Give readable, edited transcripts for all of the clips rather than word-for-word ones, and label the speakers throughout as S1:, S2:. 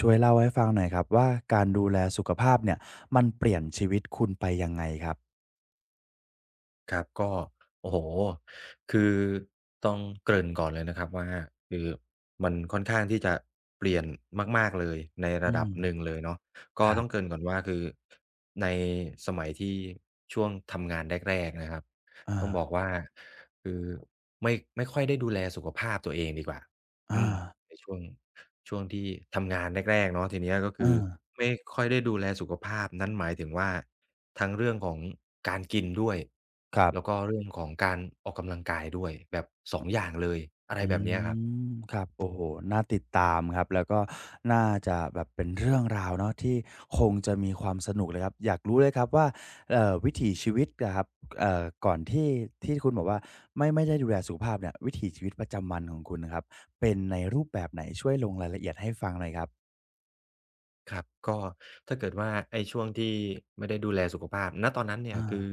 S1: ช่วยเล่าให้ฟังหน่อยครับว่าการดูแลสุขภาพเนี่ยมันเปลี่ยนชีวิตคุณไปยังไงครับ
S2: ครับก็โอ้โฮคือต้องเกริ่นก่อนเลยนะครับว่าคือมันค่อนข้างที่จะเปลี่ยนมากๆเลยในระ
S1: อื
S2: ดั
S1: ม
S2: บหนึ่งเลยเนาะก็
S1: ครั
S2: ต้องเก
S1: บ
S2: ริ่นก่อนว่าคือในสมัยที่ช่วงทำงานแรกๆนะครับ
S1: อา
S2: ต้องบอกว่าคือไม่ค่อยได้ดูแลสุขภาพตัวเองดีกว่า
S1: อา
S2: อืมในช่วงที่ทำงานแรกๆเนาะทีเนี้ยก็คือ
S1: เอา
S2: ไม่ค่อยได้ดูแลสุขภาพนั่นหมายถึงว่า ทั้งเรื่องของการกินด้วย
S1: ครั
S2: แล้วก็
S1: บ
S2: เรื่องของการออกกำลังกายด้วยแบบ2องอย่างเลยอะไร
S1: อื
S2: แบบเนี้ยครับ
S1: มครับโอ้โฮน่าติดตามครับแล้วก็น่าจะแบบเป็นเรื่องราวเนาะที่คงจะมีความสนุกเลยครับอยากรู้เลยครับว่าวิถีชีวิตอะครับก่อนที่คุณบอกว่าไม่ได้ดูแลสุขภาพเนี่ยวิถีชีวิตประจำวันของคุณน่ะครับเป็นในรูปแบบไหนช่วยลงรายละเอียดให้ฟังหน่อยครับ
S2: ครับก็ถ้าเกิดว่าไอ้ช่วงที่ไม่ได้ดูแลสุขภาพณตอนนั้นเนี่ย
S1: อา
S2: คือ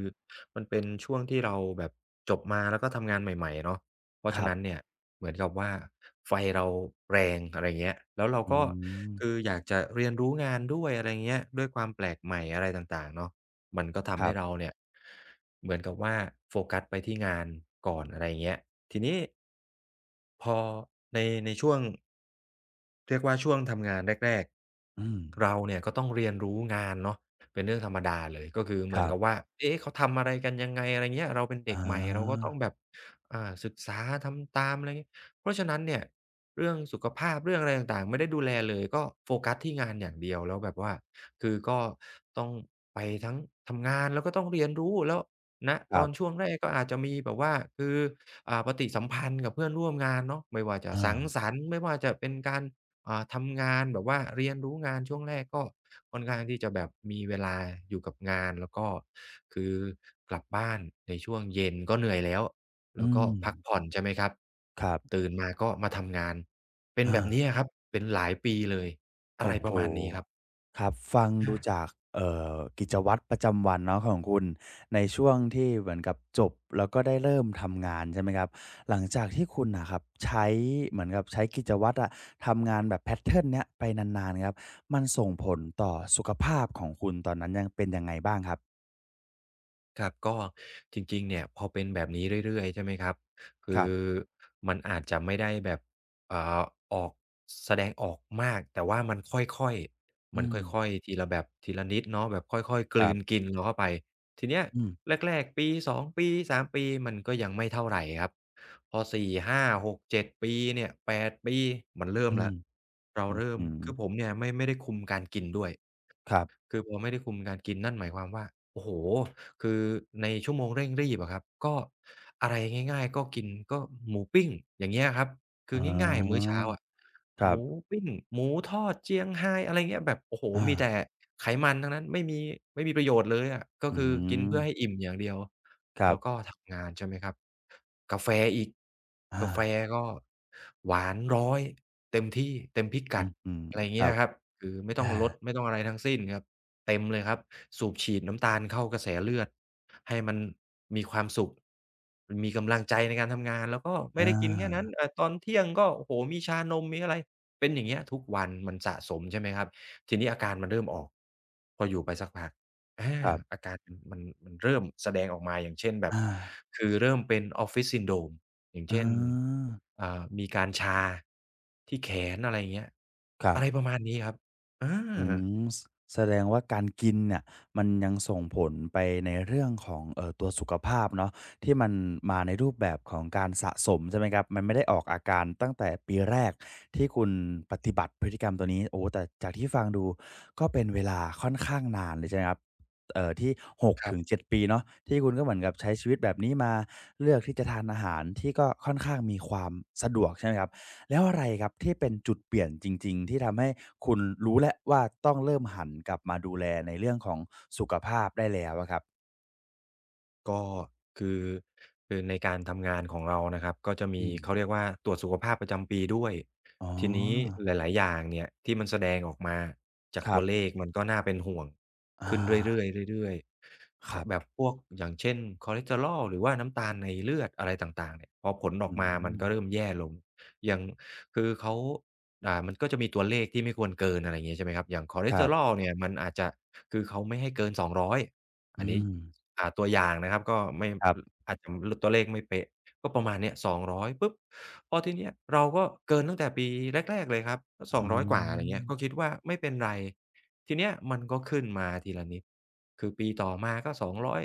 S2: มันเป็นช่วงที่เราแบบจบมาแล้วก็ทำงานใหม่ๆเนาะเพราะ
S1: ค
S2: ฉะ
S1: รั
S2: นั้น
S1: บ
S2: เนี่ยเหมือนกับว่าไฟเราแรงอะไรอย่างเงี้ยแล้วเรา
S1: อื
S2: ก็
S1: ม
S2: คืออยากจะเรียนรู้งานด้วยอะไรอย่างเงี้ยด้วยความแปลกใหม่อะไรต่างๆเนาะมันก็
S1: ค
S2: ทำ
S1: รั
S2: ให้เรา
S1: บ
S2: เนี่ยเหมือนกับว่าโฟกัสไปที่งานก่อนอะไรอย่างเงี้ยทีนี้พอในในช่วงเรียกว่าช่วงทำงานแรก
S1: อืม
S2: ๆ เราเนี่ยก็ต้องเรียนรู้งานเนาะเป็นเรื่องธรรมดาเลยก็คือเห
S1: ค
S2: มือน
S1: รั
S2: กับ
S1: บ
S2: ว่าเอ๊ะเขาทำอะไรกันยังไงอะไรเงี้ยเราเป็นเด็ก
S1: อา
S2: ใหม่เราก็ต้องแบบศึกษาทำตามอะไรงี้เพราะฉะนั้นเนี่ยเรื่องสุขภาพเรื่องอะไรต่างๆไม่ได้ดูแลเลยก็โฟกัสที่งานอย่างเดียวแล้วแบบว่าคือก็ต้องไปทั้งทำงานแล้วก็ต้องเรียนรู้แล้วณ
S1: ค
S2: ตอ
S1: รั
S2: นช่
S1: บ
S2: วงแรกก็อาจจะมีแบบว่าคือปฏิสัมพันธ์กับเพื่อนร่วมงานเนาะไม่ว่าจะสั
S1: อา
S2: งสรรค์ไม่ว่าจะเป็นการ ทำงานแบบว่าเรียนรู้งานช่วงแรกก็ค่อนข้างที่จะแบบมีเวลาอยู่กับงานแล้วก็คือกลับบ้านในช่วงเย็นก็เหนื่อยแล้วแล้
S1: อื
S2: วก็
S1: ม
S2: พักผ่อนใช่ไหมครับ
S1: ครับ
S2: ตื่นมาก็มาทำงานเป็น
S1: อา
S2: แบบนี้ครับเป็นหลายปีเลยอะไร
S1: โอ้โฮ
S2: ประมาณนี้ครับ
S1: ครับฟังดูจากเอ่กิจวัตรประจำวันเนาะของคุณในช่วงที่เหมือนกับจบแล้วก็ได้เริ่มทำงานใช่ไหมครับหลังจากที่คุณน่ะครับใช้เหมือนกับใช้กิจวัตรอะทำงานแบบแพตเทิร์นเนี้ยไปนานๆครับมันส่งผลต่อสุขภาพของคุณตอนนั้นยังเป็นยังไงบ้างครับ
S2: ครับก็จริงๆเนี่ยพอเป็นแบบนี้เรื่อยๆใช่ไหมครับคื
S1: ครั
S2: อ
S1: บ
S2: มันอาจจะไม่ได้แบบอ่าออกแสดงออกมากแต่ว่ามันค่อยๆ
S1: อื
S2: มันค
S1: ม
S2: ่อยๆทีละแบบทีละนิดเนาะแบบค่อยๆก
S1: ค
S2: ลื
S1: รั
S2: น
S1: บ
S2: กินเราเข้าไปทีเนี้ย
S1: อืม
S2: แรกๆปีสองปีสามปีมันก็ยังไม่เท่าไรครับพอสี่ห้าหกเจ็ดปีเนี่ย8ปดปีมันเริ่ม
S1: อื
S2: แล้
S1: ม
S2: วเรา
S1: อื้อ
S2: เริ่ม
S1: ฮือ
S2: คือผมเนี่ยไม่ได้คุมการกินด้วย
S1: ครับ
S2: คือพอไม่ได้คุมการกินนั่นหมายความว่าโอ้โฮคือในชั่วโมงเร่งรีบอะครับก็อะไรง่ายๆก็กินก็หมูปิ้งอย่างเงี้ยครับคื
S1: อ๋
S2: อง่ายๆมื้อ
S1: อ
S2: เช้าอะ
S1: ค
S2: ห
S1: รั
S2: มู
S1: บ
S2: ปิ้งหมูทอดเจียงไฮ้อะไรเงี้ยแบบโอ้โฮ
S1: อา
S2: มีแต่ไขมันทั้งนั้นไม่มีไม่มีประโยชน์เลยอะก็
S1: อื
S2: คือกิน
S1: ม
S2: เพื่อให้อิ่มอย่างเดียว
S1: ครั
S2: แล้วก็
S1: บ
S2: ทำงานใช่ไหมครับกาแฟอีก
S1: อา
S2: กาแฟก็หวานร้อยเต็มที่เต็มพิกั
S1: อื้
S2: ด
S1: อฮือ
S2: อะไร
S1: ค
S2: เงี้
S1: รั
S2: ย
S1: บ
S2: ครับคือไม่ต้
S1: อา
S2: องลดไม่ต้องอะไรทั้งสิ้นครับ เต็มเลยครับสูบฉีดน้ำตาลเข้ากระแสเลือดให้มันมีความสุขมีกำลังใจในการทำงานแล้วก็ไม่
S1: อา
S2: ได้กินแค่นั้นตอนเที่ยงก็โอ้โฮมีชานมมีอะไรเป็นอย่างเงี้ยทุกวันมันสะสมใช่ไหมครับทีนี้อาการมันเริ่มออกพออยู่ไปสักพักอา
S1: ครับ
S2: อาการมันเริ่มแสดงออกมาอย่างเช่นแบบ
S1: อา
S2: คือเริ่มเป็น Office Syndrome อย่าง
S1: อา
S2: เช่นมีการชาที่แขนอะไรอย่างเงี้ย
S1: ครั
S2: อะไร
S1: บ
S2: ประมาณนี้ครับอา
S1: อืมสแสดงว่าการกินเนี่ยมันยังส่งผลไปในเรื่องของตัวสุขภาพเนาะที่มันมาในรูปแบบของการสะสมใช่ไหมครับมันไม่ได้ออกอาการตั้งแต่ปีแรกที่คุณปฏิบัติพฤติกรรมตัวนี้โอ้แต่จากที่ฟังดูก็เป็นเวลาค่อนข้างนานเลยใช่ไหมครับที่
S2: ครับ
S1: 6-7ปีเนาะที่คุณก็เหมือนกับใช้ชีวิตแบบนี้มาเลือกที่จะทานอาหารที่ก็ค่อนข้างมีความสะดวกใช่ไหมครับ แล้วอะไรครับที่เป็นจุดเปลี่ยนจริงๆที่ทำให้คุณรู้แล้วว่าต้องเริ่มหันกลับมาดูแลในเรื่องของสุขภาพได้แล้วอะครับ
S2: ก็คือคือในการทำงานของเรานะครับก็จะมี
S1: อืม
S2: เขาเรียกว่าตรวจสุขภาพประจำปีด้วย
S1: อ๋อ
S2: ทีนี้หลายๆอย่างเนี่ยที่มันแสดงออกมาจาก
S1: ครั
S2: ตัวเล
S1: บ
S2: ขมันก็น่าเป็นห่วง
S1: อา
S2: ขึ้นเรื่อยๆเรื่อยๆ
S1: ค
S2: ข
S1: รั
S2: แบบ
S1: บ
S2: พวกอย่างเช่นคอเลสเตอรอลหรือว่าน้ำตาลในเลือดอะไรต่างๆเนี่ยพอผลออ
S1: อื
S2: กมามันก็เริ่ม
S1: ม
S2: แย่ลงอย่างคือเขามันก็จะมีตัวเลขที่ไม่ควรเกินอะไรอย่างงี้ใช่ไหมครับอย่างคอเล
S1: ค
S2: สเต
S1: รั
S2: อรอ
S1: บ
S2: ลเนี่ยมันอาจจะคือเขาไม่ให้เกินสองร้อย อัน
S1: อื
S2: นี้
S1: ม
S2: ตัวอย่างนะครับก็ไม่
S1: ครั
S2: อ
S1: บ
S2: อาจจะลตัวเลขไม่เป๊ะก็ประมาณเนี้ย200ปุ๊บพอทีเนี้ยเราก็เกินตั้งแต่ปีแรกๆเลยครับ
S1: อื
S2: 200กว่าอะไรเงี้ยก็
S1: ม
S2: คิดว่าไม่เป็นไรทีเนี้ยมันก็ขึ้นมาทีละนิด คือปีต่อมาก็200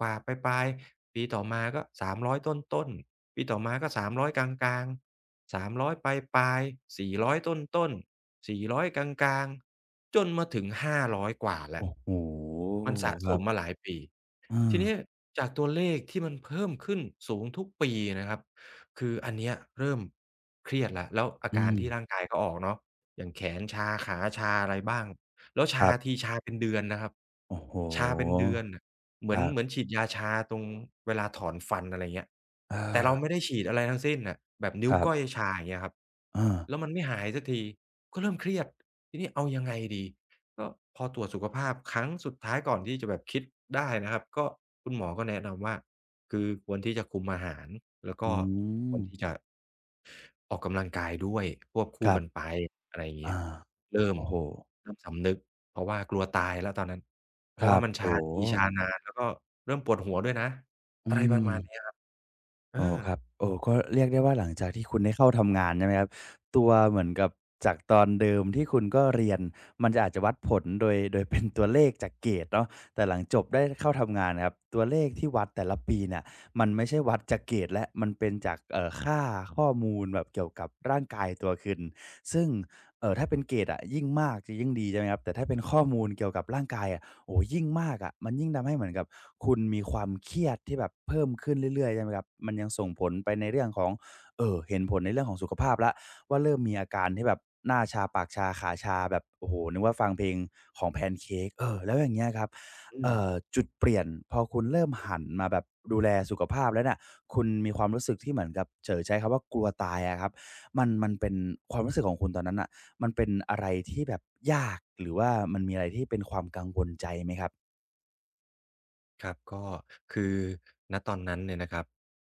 S2: กว่าๆปลายๆปีต่อมาก็300ต้นๆปีต่อมาก็300กลางๆ300ปลายๆ400ต้นๆ400กลางๆจนมาถึง500กว่าแล้ว
S1: โอ้โฮ
S2: มันสะ
S1: ค
S2: ส
S1: รั
S2: มมา
S1: บ
S2: หลายปี
S1: เอ
S2: ที
S1: อ
S2: นี้จากตัวเลขที่มันเพิ่มขึ้นสูงทุกปีนะครับคืออันเนี้ยเริ่มเครียดแล้วแล้วอา
S1: อื
S2: การ
S1: ม
S2: ที่ร่างกายเขาออกเนาะอย่างแขนชาขาชาอะไรบ้างแล้ว
S1: ค
S2: ชา
S1: รั
S2: ที
S1: บ
S2: ชาเป็นเดือนนะครับ
S1: โอ้โฮ
S2: ชาเป็นเดือนน่ะเหมื
S1: ค
S2: อน
S1: รั
S2: เหมือ
S1: บ
S2: นฉีดยาชาตรงเวลาถอนฟันอะไรเงี้ย
S1: เอ
S2: แต่เรา
S1: อ
S2: ไม่ได้ฉีดอะไรทั้งสิ้นน่ะแบบนิ้
S1: ค
S2: ว
S1: รั
S2: ก้อย
S1: บ
S2: ชาอย่างเงี้ยครับ
S1: เออ
S2: แล้วมันไม่หายสักทีก็เริ่มเครียดทีนี้เอายังไงดี ก็พอตรวจสุขภาพครั้งสุดท้ายก่อนที่จะแบบคิดได้นะครับก็คุณหมอก็แนะนำว่าคือควรที่จะคุมอาหารแล้ว
S1: อื
S2: ก็คว
S1: ม
S2: รที่จะออกกำลังกายด้วยควบ
S1: ค
S2: คู่
S1: รั
S2: กัน
S1: บ
S2: ไปอะไรอย่างเงี้ย
S1: อา
S2: เริ่ม
S1: โอ้โฮ
S2: เริ่มสำนึกเพราะว่ากลัวตายแล้วตอนนั้นเพ
S1: ค
S2: ราะ
S1: รั
S2: ว่า
S1: บ
S2: มันชา
S1: โอ้โฮ
S2: ทีชานานแล้วก็เริ่มปวดหัวด้วยนะ
S1: อื
S2: อะไรประ
S1: ม
S2: มาณเนี้ยครับเออ
S1: อ๋อครับโอ้ก็เรียกได้ว่าหลังจากที่คุณได้เข้าทำงานใช่ไหมครับตัวเหมือนกับจากตอนเดิมที่คุณก็เรียนมันจะอาจจะวัดผลโดยโดยเป็นตัวเลขจากเกรดเนาะแต่หลังจบได้เข้าทำงานนะครับตัวเลขที่วัดแต่ละปีเนี่ยมันไม่ใช่วัดจากเกรดและมันเป็นจากค่าข้อมูลแบบเกี่ยวกับร่างกายตัวคุณซึ่งถ้าเป็นเกรดอะยิ่งมากจะยิ่งดีใช่ไหมครับแต่ถ้าเป็นข้อมูลเกี่ยวกับร่างกายอะ โอ้ยิ่งมากอะะมันยิ่งทำให้เหมือนกับคุณมีความเครียดที่แบบเพิ่มขึ้นเรื่อยๆใช่ไหมครับมันยังส่งผลไปในเรื่องของเออเห็นผลในเรื่องของสุขภาพและว่าเริ่มมีอาการที่แบบหน้าชาปากชาขาชาแบบโอ้โหนึกว่าฟังเพลงของแ a น c a ้กเออแล้วอย่างเงี้ยครับ
S2: อืม
S1: จุดเปลี่ยนพอคุณเริ่มหันมาแบบดูแลสุขภาพแล้วน่ะคุณมีความรู้สึกที่เหมือนกับเฉ๋อใช้คำว่ากลัวตายอะครับมันเป็นความรู้สึกของคุณตอนนั้นน่ะ มันเป็นอะไรที่แบบยากหรือว่ามันมีอะไรที่เป็นความกังวลใจไหมครับ
S2: ครับก็คือณตอนนั้นเนี่ยนะครับ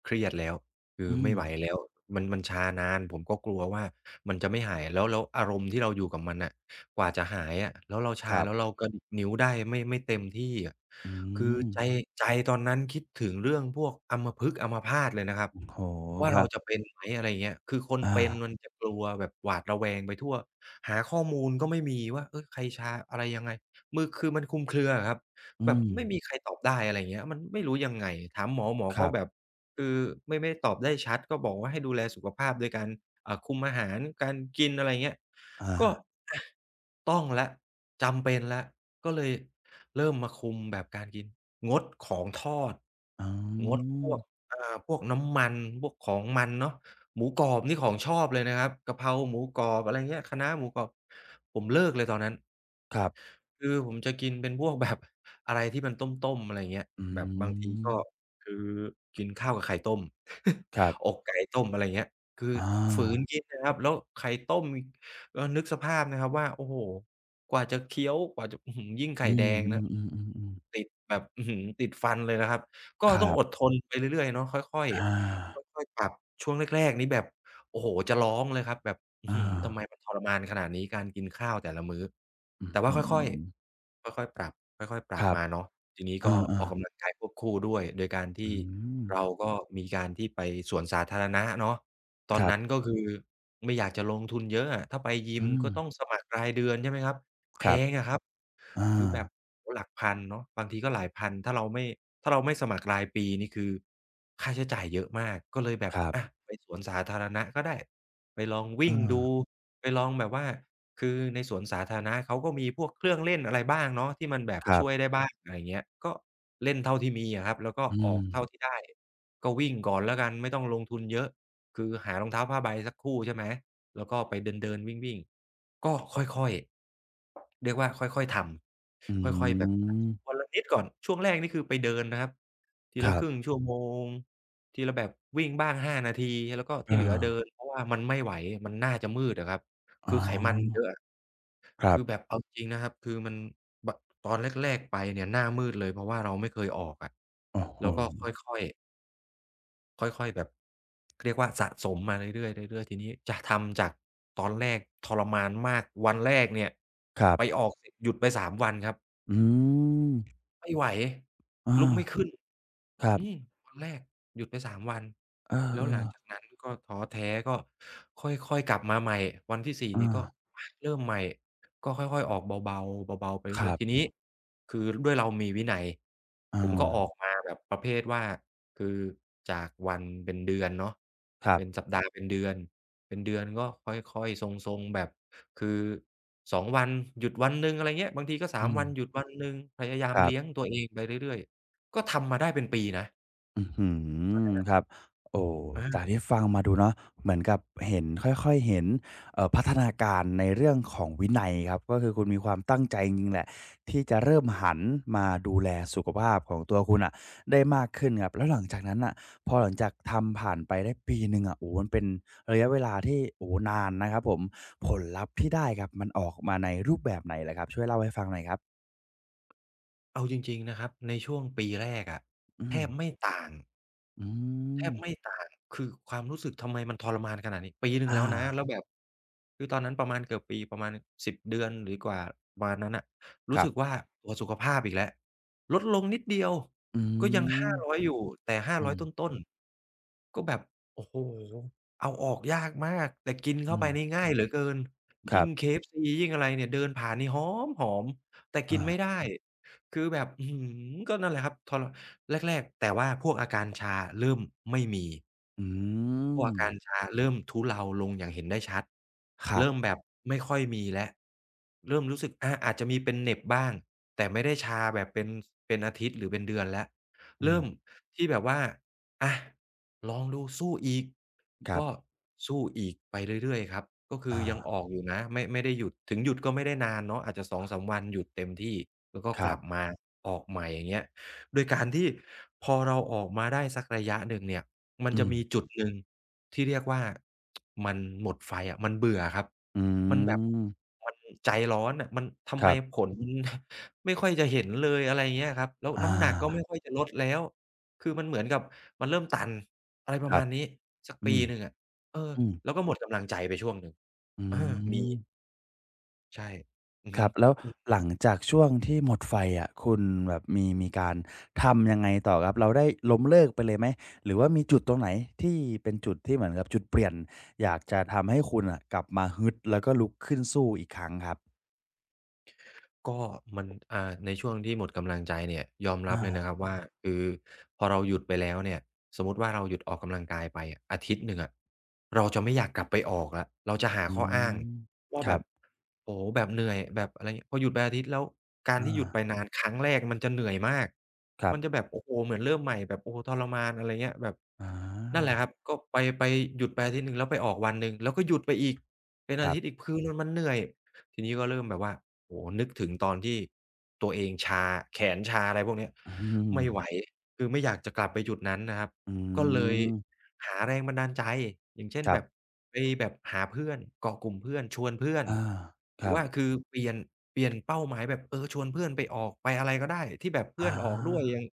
S2: เครียดแล้วคือ
S1: อืม
S2: ไม่ไหวแล้วมันมันชานานผมก็กลัวว่ามันจะไม่หายแล้วแล้วอารมณ์ที่เราอยู่กับมันน่ะกว่าจะหายอะแล้วเรา
S1: ค
S2: ชา
S1: รั
S2: แล้ว
S1: บ
S2: เรากระดิกนิ้วได้ไม่เต็มที่อะ
S1: อื
S2: คือ
S1: ม
S2: ใจใจตอนนั้นคิดถึงเรื่องพวกอัมพฤกษ์อัมพาตเลยนะครับ
S1: โอ้โฮ
S2: ว่า
S1: ครั
S2: เราจะ
S1: บ
S2: เป็นไหมอะไรเงี้ยคือคน
S1: อา
S2: เป็นมันจะกลัวแบบหวาดระแวงไปทั่วหาข้อมูลก็ไม่มีว่าเฮ้ยใครชาอะไรยังไงมือคือมันคลุมเครืออะครับ
S1: อื
S2: แบบ
S1: ม
S2: ไม่มีใครตอบได้อะไรอย่างเงี้ยมันไม่รู้ยังไงถามหมอหมอ
S1: ค
S2: ก็
S1: รั
S2: แบบ
S1: บ
S2: คือไม่ได้ตอบได้ชัดก็บอกว่าให้ดูแลสุขภาพโดยการคุมอาหารการกินอะไรอย่างเงี้ย
S1: อา
S2: ก็อะต้องแล้วจำเป็นแล้วก็เลยเริ่มมาคุมแบบการกินงดของทอด
S1: อ๋
S2: งด
S1: อ
S2: พวกอ่าพวกน้ำมันพวกของมันเนาะหมูกรอบนี่ของชอบเลยนะครับกะเพราหมูกรอบอะไรอย่างเงี้ยคะน้าหมูกรอบผมเลิกเลยตอนนั้น
S1: ครับ
S2: คือผมจะกินเป็นพวกแบบ อะไรที่มันต้มๆอะไรงเงี้ย
S1: อื
S2: แบบบางที
S1: ม
S2: ก็คือกินข้าวกับไข่ต้ม
S1: ครั
S2: อ
S1: บ
S2: กไก่ต้มอะไรงเงี้ยคือ
S1: อา
S2: ฝืนกินนะครับแล้วไข่ต้มอีกก็นึกสภาพนะครับว่าโอ้โฮกว่าจะเคี้ยวกว่าจะอื้อฮือยิ่งไข่
S1: อื
S2: แดงนะ
S1: มๆๆๆๆ
S2: ติดแบบอื้อฮือติดฟันเลยนะครับก็
S1: ค
S2: ต้อ
S1: รั
S2: งอด
S1: บ
S2: ทนไปเรื่อยๆเนาะค่อย
S1: อา
S2: ๆค่อยๆปรับช่วงแรกๆนี่แบบ โอ้โฮจะร้องเลยครับแบบอื้
S1: อา
S2: อฮือทำไมมันทรมานขนาดนี้การกินข้าวแต่ละมื้อ
S1: อื้อ
S2: แต่ว่า
S1: ฮื
S2: ค่อย
S1: อ
S2: ๆค่อยๆปรับค่อยๆป
S1: ค
S2: รับ
S1: รับ
S2: มาเนาะทีนี้
S1: อ
S2: ก็อ
S1: า
S2: อก
S1: ๆ
S2: กำลังกายควบคู่ด้วยโดยการ
S1: อื
S2: ที่
S1: ม
S2: เราก็มีการที่ไปสวนสาธารณะเนาะตอ
S1: ค
S2: น
S1: รั
S2: นั้น
S1: บ
S2: ก็คือไม่อยากจะลงทุนเยอะอะถ้าไปยิม
S1: อืม
S2: ก็ต้องสมัครรายเดือนใช่ไหมครับแพ
S1: ครับ
S2: งอะครับ
S1: อา
S2: คือแบบโอ้โฮหลักพันเนาะบางทีก็หลายพันถ้าเราไม่สมัครรายปีนี่คือค่าใช้จ่ายเยอะมากก็เลยแบบ
S1: ครั
S2: อะ
S1: บ
S2: ไปสวนสาธารณะก็ได้ไปลองวิ่งดู
S1: อา
S2: ไปลองแบบว่าคือในสวนสาธารณะเขาก็มีพวกเครื่องเล่นอะไรบ้างเนาะที่มันแบบ
S1: ครั
S2: ช่วย
S1: บ
S2: ได้บ้างอะไรเงี้ยก็เล่นเท่าที่มีอะครับแล้วก็
S1: อื
S2: ออ
S1: ม
S2: กเท่าที่ได้ก็วิ่งก่อนแล้วกันไม่ต้องลงทุนเยอะคือหารองเท้าผ้าใบสักคู่ใช่ไหมแล้วก็ไปเดินๆวิ่งๆ ก็ค่อยๆเรียกว่าค่อยๆท
S1: อื
S2: ำค่อยๆแบบ สะ
S1: ม
S2: สมวันละนิดก่อนช่วงแรกนี่คือไปเดินนะครับที
S1: ค
S2: ละ
S1: รั
S2: 1ง
S1: บ
S2: ชั่วโมงทีละแบบวิ่งบ้าง5นาทีแล้วก็
S1: เอ
S2: ที่เหลือเดิน
S1: อ
S2: เพราะว่ามันไม่ไหวมันน่าจะมืดอะครับ
S1: อ๋
S2: คื
S1: อ
S2: อไขมันเยอะอะ
S1: ครั
S2: คือแบ
S1: บ
S2: บเอาจริงนะครับคือมันบตอนแรกๆไปเนี่ยหน้ามืดเลยเพราะว่าเราไม่เคยออกอะ
S1: โอ้โฮ
S2: แล้วก็ค่อยๆ ค่อยๆ แบบเรียกว่าสะสมมาเรื่อยๆเรื่อยๆทีนี้จะทำจากตอนแรกทรมานมากวันแรกเนี่ย
S1: ครับ
S2: ไปออกสิบหยุดไป3วันครับ
S1: อืม
S2: ไม่ไหว
S1: อา
S2: ลุกไม่ขึ้น
S1: ครับ
S2: อืมวันแรกหยุดไป3วัน
S1: เอ
S2: แล้วหลัง
S1: อๆ
S2: จากนั้นก็ท้อแท้ก็ค่อยๆกลับมาใหม่วันที่สี่
S1: อา
S2: นี้ก็เริ่มใหม่ก็ค่อยๆออกเบาๆเบาๆไป
S1: ค
S2: เรื่อ
S1: รั
S2: ยๆทีนี้
S1: บ
S2: คือด้วยเรามีวินัย
S1: เอ
S2: ผมก็
S1: อ
S2: ออกมาแบบประเภทว่าคือจากวันเป็นเดือนเนาะ
S1: ครับ
S2: เป็นสัปดาห์เป็นเดือนเป็นเดือนก็ค่อยๆทรงๆแบบ คือ2วันหยุดวันหนึ่งอะไรเงี้ยบางทีก็
S1: อื
S2: 3วั
S1: ม
S2: นหยุดวันหนึ่งพยายา
S1: ค
S2: ม
S1: รั
S2: เลี้ยง
S1: บ
S2: ตัวเองไปเรื่อยๆก็ทำมาได้เป็นปีนะ
S1: อื้อฮือครับโอ้
S2: อา
S1: จากที่ฟังมาดูเนาะเหมือนกับเห็นค่อยๆเห็นพัฒนาการในเรื่องของวินัยครับก็คือคุณมีความตั้งใจจริงๆแหละที่จะเริ่มหันมาดูแลสุขภาพของตัวคุณน่ะได้มากขึ้นครับแล้วหลังจากนั้นอ่ะพอหลังจากทำผ่านไปได้ปีหนึ่งอะโอ้มันเป็นระยะเวลาที่โอ้นานนะครับผมผลลัพธ์ที่ได้ครับมันออกมาในรูปแบบไหนเหรครับช่วยเล่าให้ฟังหน่อยครับ
S2: เอาจริงๆนะครับในช่วงปีแรกอะ
S1: อื
S2: แทบ
S1: ม
S2: ไม่ต่าง
S1: อื
S2: แท
S1: ม
S2: บไม่ต่างคือความรู้สึกทำไมมันทรมานขนาดนี้ ปีหนึ่ง
S1: อา
S2: แล้วนะ แล้วแบบ คือตอนนั้นประมาณเกือบปีประมาณ10เดือนหรือกว่าประมาณนั้นน่ะ
S1: ค
S2: รู้
S1: รั
S2: สึก
S1: บ
S2: ว่าตัวสุขภาพอีกแล้วลดลงนิดเดียว
S1: อื
S2: ก็ยัง
S1: ม
S2: 500อยอยู่ แต่
S1: อื
S2: 500
S1: ม
S2: ต้นๆ ก็แบบ โอ้โฮเอาออกยากมาก แต่กิน
S1: อื
S2: เข้าไป
S1: ม
S2: นี่ง่ายเหลือเกิน
S1: ค
S2: ยิ่
S1: รั
S2: ง
S1: บ
S2: KFC ยิ่งอะไรเนี่ยเดินผ่านนี่หอมๆแต่กิ
S1: อา
S2: นไม่ได้ คือแบบอื้อฮือก็นั่นแหละครับทรแรกๆแต่ว่าพวกอาการชาเริ่มไม่มี
S1: อื
S2: พวก
S1: ม
S2: อาการชาเริ่มทุเลาลงอย่างเห็นได้ชัด
S1: ครั
S2: เริ่ม
S1: บ
S2: แบบไม่ค่อยมีแล้วเริ่มรู้สึกอาอาจจะมีเป็นเหน็บบ้างแต่ไม่ได้ชาแบบเป็นอาทิตย์หรือเป็นเดือนแล้ว
S1: อื
S2: เริ่ม
S1: ม
S2: ที่แบบว่าอะลองดูสู้อีก
S1: ครั
S2: ก็
S1: บ
S2: สู้อีกไปเรื่อยๆครับก็คื
S1: อา
S2: อยังออกอยู่นะไม่ได้หยุดถึงหยุดก็ไม่ได้นานเนาะอาจจะ2-3วันหยุดเต็มที่แล้วก็
S1: ค
S2: ก
S1: รั
S2: ลับ
S1: บ
S2: มาออกใหม่อย่างเงี้ยโดยการที่พอเราออกมาได้สักระยะหนึ่งเนี่ยมัน
S1: อื
S2: จะ
S1: ม
S2: มีจุดหนึ่งที่เรียกว่ามันหมดไฟอะมันเบื่อครับ
S1: อื
S2: มันแบบ
S1: ม
S2: มันใจร้อนอะมันทำ
S1: ค
S2: ไม
S1: รั
S2: ผ
S1: บ
S2: ล มันไม่ค่อยจะเห็นเลยอะไรเงี้ยครับแล้ว
S1: อ
S2: น้ำหนักก็
S1: า
S2: ไม่ค่อยจะลดแล้ว คือมันเหมือนกับมันเริ่มตันอะไรป
S1: ค
S2: ระ
S1: รั
S2: มา
S1: บ
S2: ณนี้สัก
S1: อื
S2: ปี
S1: ม
S2: หนึ่งอะเออ
S1: อืม
S2: แล้วก็หมดกำลังใจไปช่วงหนึ่ง
S1: อื
S2: เออมี
S1: ม
S2: ใช่อือ
S1: ค
S2: ฮึ
S1: รับแล้วหลังจากช่วงที่หมดไฟอะคุณแบบมีการทำยังไงต่อครับเราได้ล้มเลิกไปเลยไหมหรือว่ามีจุดตรงไหนที่เป็นจุดที่เหมือนกับจุดเปลี่ยนอยากจะทำให้คุณน่ะกลับมาฮึดแล้วก็ลุกขึ้นสู้อีกครั้งครับ
S2: ก็มันในช่วงที่หมดกำลังใจเนี่ยยอมรับ
S1: อา
S2: เลยนะครับว่าคือพอเราหยุดไปแล้วเนี่ยสมมุติว่าเราหยุดออกกำลังกายไปอะอาทิตย์หนึ่งอะเราจะไม่อยากกลับไปออกแล้วเราจะหา
S1: อื
S2: ข้ออ้าง
S1: ม
S2: ว่า
S1: ค
S2: แบ
S1: รับ
S2: บโอ้โฮแบบเหนื่อยแบบอะไรงี้พอหยุดไปอาทิตย์แล้วการ
S1: อา
S2: ที่หยุดไปนานครั้งแรกมันจะเหนื่อยมาก
S1: ครั
S2: มันจะ
S1: บ
S2: แบบโอ้โฮเหมือนเริ่มใหม่แบบโอ้โฮทรมานอะไรเงี้ยแบบ
S1: อา
S2: นั่นแหละมครับก็ไปหยุดไปอาทิตย์หนึ่งแล้วไปออกวันหนึ่งแล้วก็หยุดไปอีกเป็น
S1: ค
S2: อา
S1: รั
S2: ทิตย์อี
S1: บ
S2: กคือมันเหนื่อยทีนี้ก็เริ่มแบบว่า โอ้โฮนึกถึงตอนที่ตัวเองชาแขนชาอะไรพวกเนี้ย
S1: อืม
S2: ไม่ไหวคือไม่อยากจะกลับไปจุดนั้นนะครับ
S1: อื
S2: ก็เลย
S1: ม
S2: หาแรงบันดาลใจอย่างเช่น
S1: ครั
S2: แบบ
S1: บ
S2: ไปแบบหาเพื่อนเกาะกลุ่มเพื่อนชวนเพื่อน
S1: อาค
S2: หรือ
S1: รับ
S2: ว่าคือเปลี่ยนเป้าหมายแบบเออชวนเพื่อนไปออกไปอะไรก็ได้ที่แบบเพื่อ
S1: อา
S2: นออกด้วยอย่าง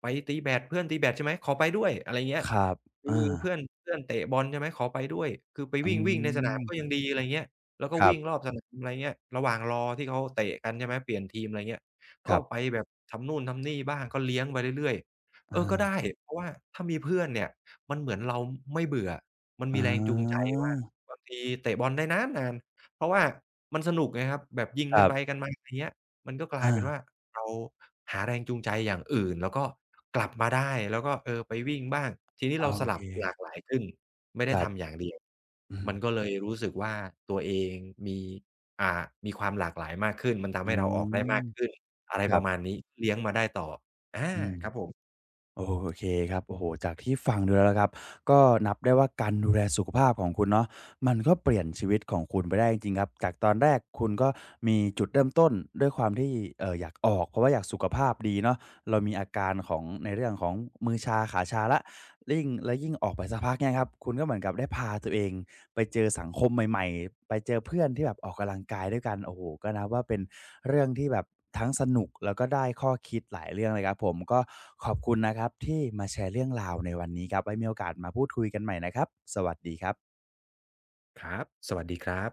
S2: ไปตีแบดเพื่อนตีแบดใช่ไหมขอไปด้วยอะไรเงี้ย
S1: ครับ
S2: คือ
S1: อา
S2: เพื่อนเพื่อนเตะบอลใช่ไหมขอไปด้วยคือไป
S1: อื
S2: วิ่งๆในสนา
S1: ม
S2: มก็ยังดีอะไรเงี้ย แล้วก็
S1: ครั
S2: วิ่งรอ
S1: บ
S2: บสนามอะไรเงี้ยระหว่างรอที่เขาเตะกันใช่ไหมเปลี่ยนทีมอะไรเงี้ย
S1: ค
S2: ก็
S1: รั
S2: ไป
S1: บ
S2: แบบทำนู่นทำนี่บ้างก็เลี้ยงไปเรื่อยๆเอ
S1: อา
S2: อก็ได้ เพราะว่าถ้ามีเพื่อนเนี่ยมันเหมือนเราไม่เบื่อ มันมี
S1: อา
S2: แรงจูงใจว่าบางทีเตะบอลได้นานนานเพราะว่ามันสนุกไงครับแบบยิง
S1: ค
S2: กั
S1: รั
S2: นไป
S1: บ
S2: กันมาอย่างเงี้ย มันก็กลายเป็น
S1: อา
S2: ว่าเราหาแรงจูงใจอย่างอื่นแล้วก็กลับมาได้แล้วก็เออไปวิ่งบ้างทีนี้
S1: โอ
S2: เราส
S1: เค
S2: ลับหลากหลายขึ้นไม่
S1: ค
S2: ได้
S1: รั
S2: ทำอ
S1: บ
S2: ย่างเดียว
S1: อืม
S2: มันก็เลยรู้สึกว่าตัวเองมีอ่ามีความหลากหลายมากขึ้นมันทำ
S1: อื
S2: ให้เราออกได้
S1: ม
S2: มากขึ้นอะไร
S1: ค
S2: ป
S1: รับ
S2: ระมาณนี้เลี้ยงมาได้ต่ออา
S1: อืม
S2: ครับผม
S1: โอเคครับโอ้โหจากที่ฟังดูแล้วนะครับ ก็นับได้ว่าการดูแลสุขภาพของคุณเนาะมันก็เปลี่ยนชีวิตของคุณไปได้จริงๆครับ จากตอนแรกคุณก็มีจุดเริ่มต้นด้วยความที่อยากออกเพราะว่าอยากสุขภาพดีเนาะเรามีอาการของในเรื่องของมือชาขาชาแล้ว และยิ่งออกไปสักพักเนี่ยครับคุณก็เหมือนกับได้พาตัวเองไปเจอสังคมใหม่ๆไปเจอเพื่อนที่แบบออกกำลังกายด้วยกันโอ้โฮก็นับว่าเป็นเรื่องที่แบบทั้งสนุกแล้วก็ได้ข้อคิดหลายเรื่องเลยครับผมก็ขอบคุณนะครับที่มาแชร์เรื่องราวในวันนี้ครับไว้มีโอกาสมาพูดคุยกันใหม่นะครับสวัสดีครับ
S2: ครับสวัสดีครับ